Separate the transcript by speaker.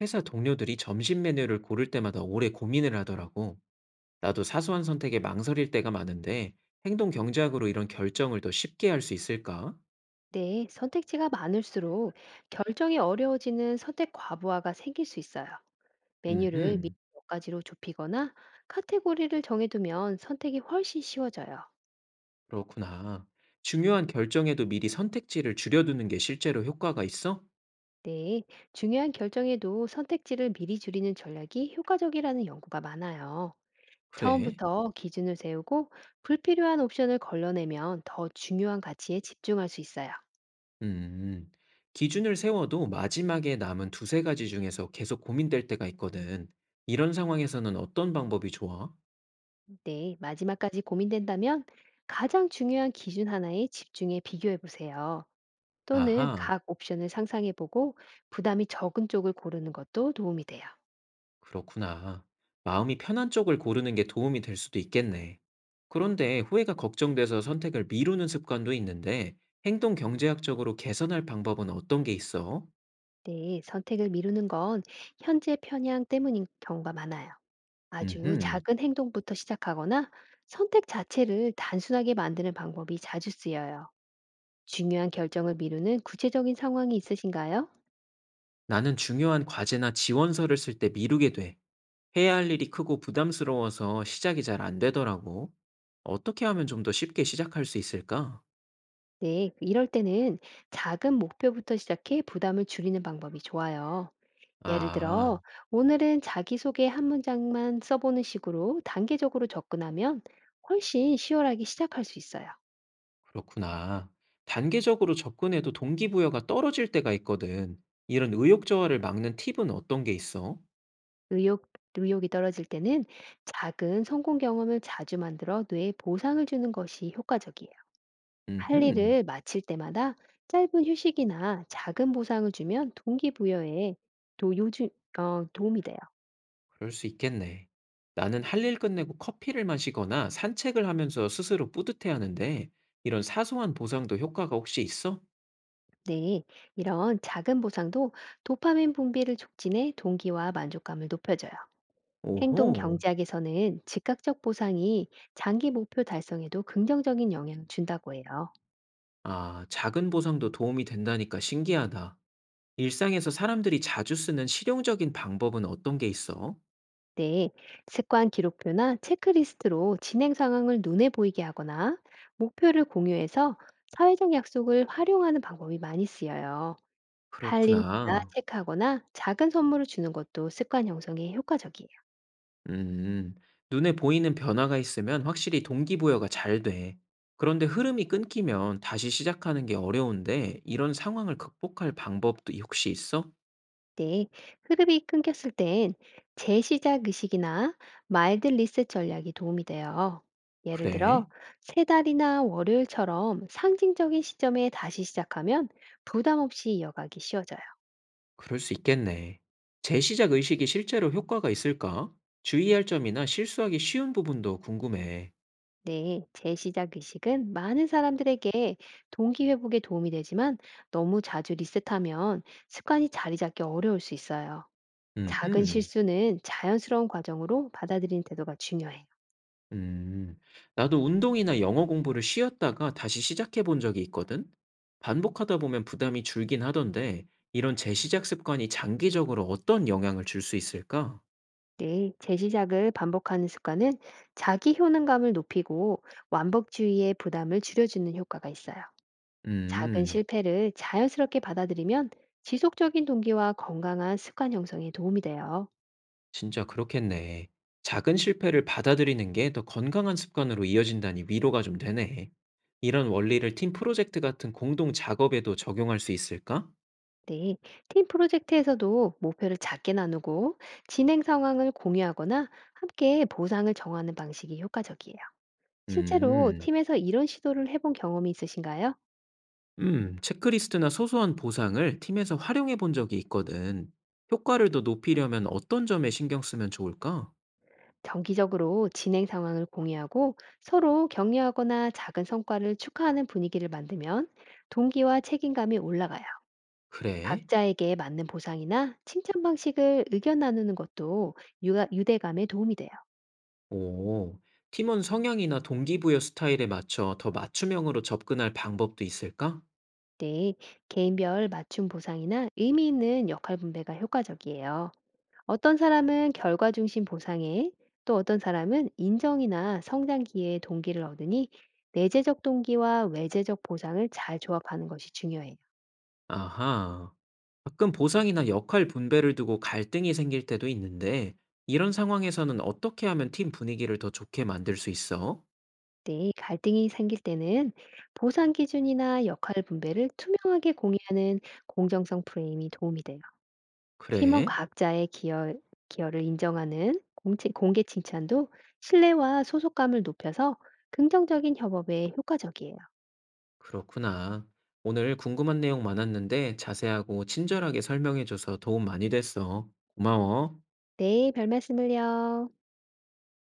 Speaker 1: 회사 동료들이 점심 메뉴를 고를 때마다 오래 고민을 하더라고. 나도 사소한 선택에 망설일 때가 많은데 행동 경제학으로 이런 결정을 더 쉽게 할 수 있을까?
Speaker 2: 네, 선택지가 많을수록 결정이 어려워지는 선택 과부하가 생길 수 있어요. 메뉴를 미리
Speaker 1: 음흠,
Speaker 2: 몇 가지로 좁히거나 카테고리를 정해두면 선택이 훨씬 쉬워져요.
Speaker 1: 그렇구나. 중요한 결정에도 미리 선택지를 줄여두는 게 실제로 효과가 있어?
Speaker 2: 네, 중요한 결정에도 선택지를 미리 줄이는 전략이 효과적이라는 연구가 많아요.
Speaker 1: 그래?
Speaker 2: 처음부터 기준을 세우고 불필요한 옵션을 걸러내면 더 중요한 가치에 집중할 수 있어요.
Speaker 1: 음, 기준을 세워도 마지막에 남은 두세 가지 중에서 계속 고민될 때가 있거든. 이런 상황에서는 어떤 방법이 좋아?
Speaker 2: 네, 마지막까지 고민된다면 가장 중요한 기준 하나에 집중해 비교해 보세요. 또는
Speaker 1: 아하.
Speaker 2: 각 옵션을 상상해 보고 부담이 적은 쪽을 고르는 것도 도움이 돼요.
Speaker 1: 그렇구나. 마음이 편한 쪽을 고르는 게 도움이 될 수도 있겠네. 그런데 후회가 걱정돼서 선택을 미루는 습관도 있는데 행동 경제학적으로 개선할 방법은 어떤 게 있어?
Speaker 2: 네, 선택을 미루는 건 현재 편향 때문인 경우가 많아요. 아주
Speaker 1: 음,
Speaker 2: 작은 행동부터 시작하거나 선택 자체를 단순하게 만드는 방법이 자주 쓰여요. 중요한 결정을 미루는 구체적인 상황이 있으신가요?
Speaker 1: 나는 중요한 과제나 지원서를 쓸 때 미루게 돼. 해야 할 일이 크고 부담스러워서 시작이 잘 안 되더라고. 어떻게 하면 좀 더 쉽게 시작할 수 있을까?
Speaker 2: 네, 이럴 때는 작은 목표부터 시작해 부담을 줄이는 방법이 좋아요. 예를 들어,
Speaker 1: 아.
Speaker 2: 오늘은 자기소개 한 문장만 써보는 식으로 단계적으로 접근하면 훨씬 시원하게 시작할 수 있어요.
Speaker 1: 그렇구나. 단계적으로 접근해도 동기부여가 떨어질 때가 있거든. 이런 의욕 저하를 막는 팁은 어떤 게 있어?
Speaker 2: 의욕, 의욕이 떨어질 때는 작은 성공 경험을 자주 만들어 뇌에 보상을 주는 것이 효과적이에요. 할
Speaker 1: 음흠,
Speaker 2: 일을 마칠 때마다 짧은 휴식이나 작은 보상을 주면 동기부여에 도, 요즘, 도움이 돼요.
Speaker 1: 그럴 수 있겠네. 나는 할 일 끝내고 커피를 마시거나 산책을 하면서 스스로 뿌듯해 하는데, 이런 사소한 보상도 효과가 혹시 있어?
Speaker 2: 네, 이런 작은 보상도 도파민 분비를 촉진해 동기와 만족감을 높여줘요. 행동
Speaker 1: 오호.
Speaker 2: 경제학에서는 즉각적 보상이 장기 목표 달성에도 긍정적인 영향을 준다고 해요.
Speaker 1: 아, 작은 보상도 도움이 된다니까 신기하다. 일상에서 사람들이 자주 쓰는 실용적인 방법은 어떤 게 있어?
Speaker 2: 네, 습관 기록표나 체크리스트로 진행 상황을 눈에 보이게 하거나 목표를 공유해서 사회적 약속을 활용하는 방법이 많이 쓰여요. 할일이나
Speaker 1: 그렇구나.
Speaker 2: 체크하거나 작은 선물을 주는 것도 습관 형성에 효과적이에요.
Speaker 1: 음, 눈에 보이는 변화가 있으면 확실히 동기부여가 잘 돼. 그런데 흐름이 끊기면 다시 시작하는 게 어려운데 이런 상황을 극복할 방법도 혹시 있어?
Speaker 2: 네, 흐름이 끊겼을 땐 재시작 의식이나 마일드 리셋 전략이 도움이 돼요. 예를 들어,
Speaker 1: 그래,
Speaker 2: 세 달이나 월요일처럼 상징적인 시점에 다시 시작하면 부담 없이 이어가기 쉬워져요.
Speaker 1: 그럴 수 있겠네. 재시작 의식이 실제로 효과가 있을까? 주의할 점이나 실수하기 쉬운 부분도 궁금해.
Speaker 2: 네, 재시작 의식은 많은 사람들에게 동기 회복에 도움이 되지만 너무 자주 리셋하면 습관이 자리 잡기 어려울 수 있어요. 작은
Speaker 1: 음흠.
Speaker 2: 실수는 자연스러운 과정으로 받아들이는 태도가 중요해요.
Speaker 1: 음, 나도 운동이나 영어 공부를 쉬었다가 다시 시작해 본 적이 있거든? 반복하다 보면 부담이 줄긴 하던데, 이런 재시작 습관이 장기적으로 어떤 영향을 줄 수 있을까?
Speaker 2: 네, 재시작을 반복하는 습관은 자기 효능감을 높이고 완벽주의의 부담을 줄여주는 효과가 있어요. 작은
Speaker 1: 음,
Speaker 2: 실패를 자연스럽게 받아들이면 지속적인 동기와 건강한 습관 형성에 도움이 돼요.
Speaker 1: 진짜 그렇겠네. 작은 실패를 받아들이는 게 더 건강한 습관으로 이어진다니 위로가 좀 되네. 이런 원리를 팀 프로젝트 같은 공동 작업에도 적용할 수 있을까?
Speaker 2: 네, 팀 프로젝트에서도 목표를 작게 나누고 진행 상황을 공유하거나 함께 보상을 정하는 방식이 효과적이에요. 실제로
Speaker 1: 음.
Speaker 2: 팀에서 이런 시도를 해본 경험이 있으신가요?
Speaker 1: 체크리스트나 소소한 보상을 팀에서 활용해 본 적이 있거든. 효과를 더 높이려면 어떤 점에 신경 쓰면 좋을까?
Speaker 2: 정기적으로 진행 상황을 공유하고 서로 격려하거나 작은 성과를 축하하는 분위기를 만들면 동기와 책임감이 올라가요.
Speaker 1: 그래?
Speaker 2: 각자에게 맞는 보상이나 칭찬 방식을 의견 나누는 것도 유대감에 도움이 돼요.
Speaker 1: 오, 팀원 성향이나 동기부여 스타일에 맞춰 더 맞춤형으로 접근할 방법도 있을까?
Speaker 2: 네, 개인별 맞춤 보상이나 의미 있는 역할 분배가 효과적이에요. 어떤 사람은 결과 중심 보상에 또 어떤 사람은 인정이나 성장 기회의 동기를 얻으니 내재적 동기와 외재적 보상을 잘 조합하는 것이 중요해요.
Speaker 1: 아하, 가끔 보상이나 역할 분배를 두고 갈등이 생길 때도 있는데, 이런 상황에서는 어떻게 하면 팀 분위기를 더 좋게 만들 수 있어?
Speaker 2: 네, 갈등이 생길 때는 보상 기준이나 역할 분배를 투명하게 공유하는 공정성 프레임이 도움이 돼요. 팀원
Speaker 1: 그래?
Speaker 2: 각자의 기여 기여를 인정하는 공 공개 칭찬도 신뢰와 소속감을 높여서 긍정적인 협업에 효과적이에요.
Speaker 1: 그렇구나. 오늘 궁금한 내용 많았는데 자세하고 친절하게 설명해줘서 도움 많이 됐어. 고마워.
Speaker 2: 네, 별말씀을요.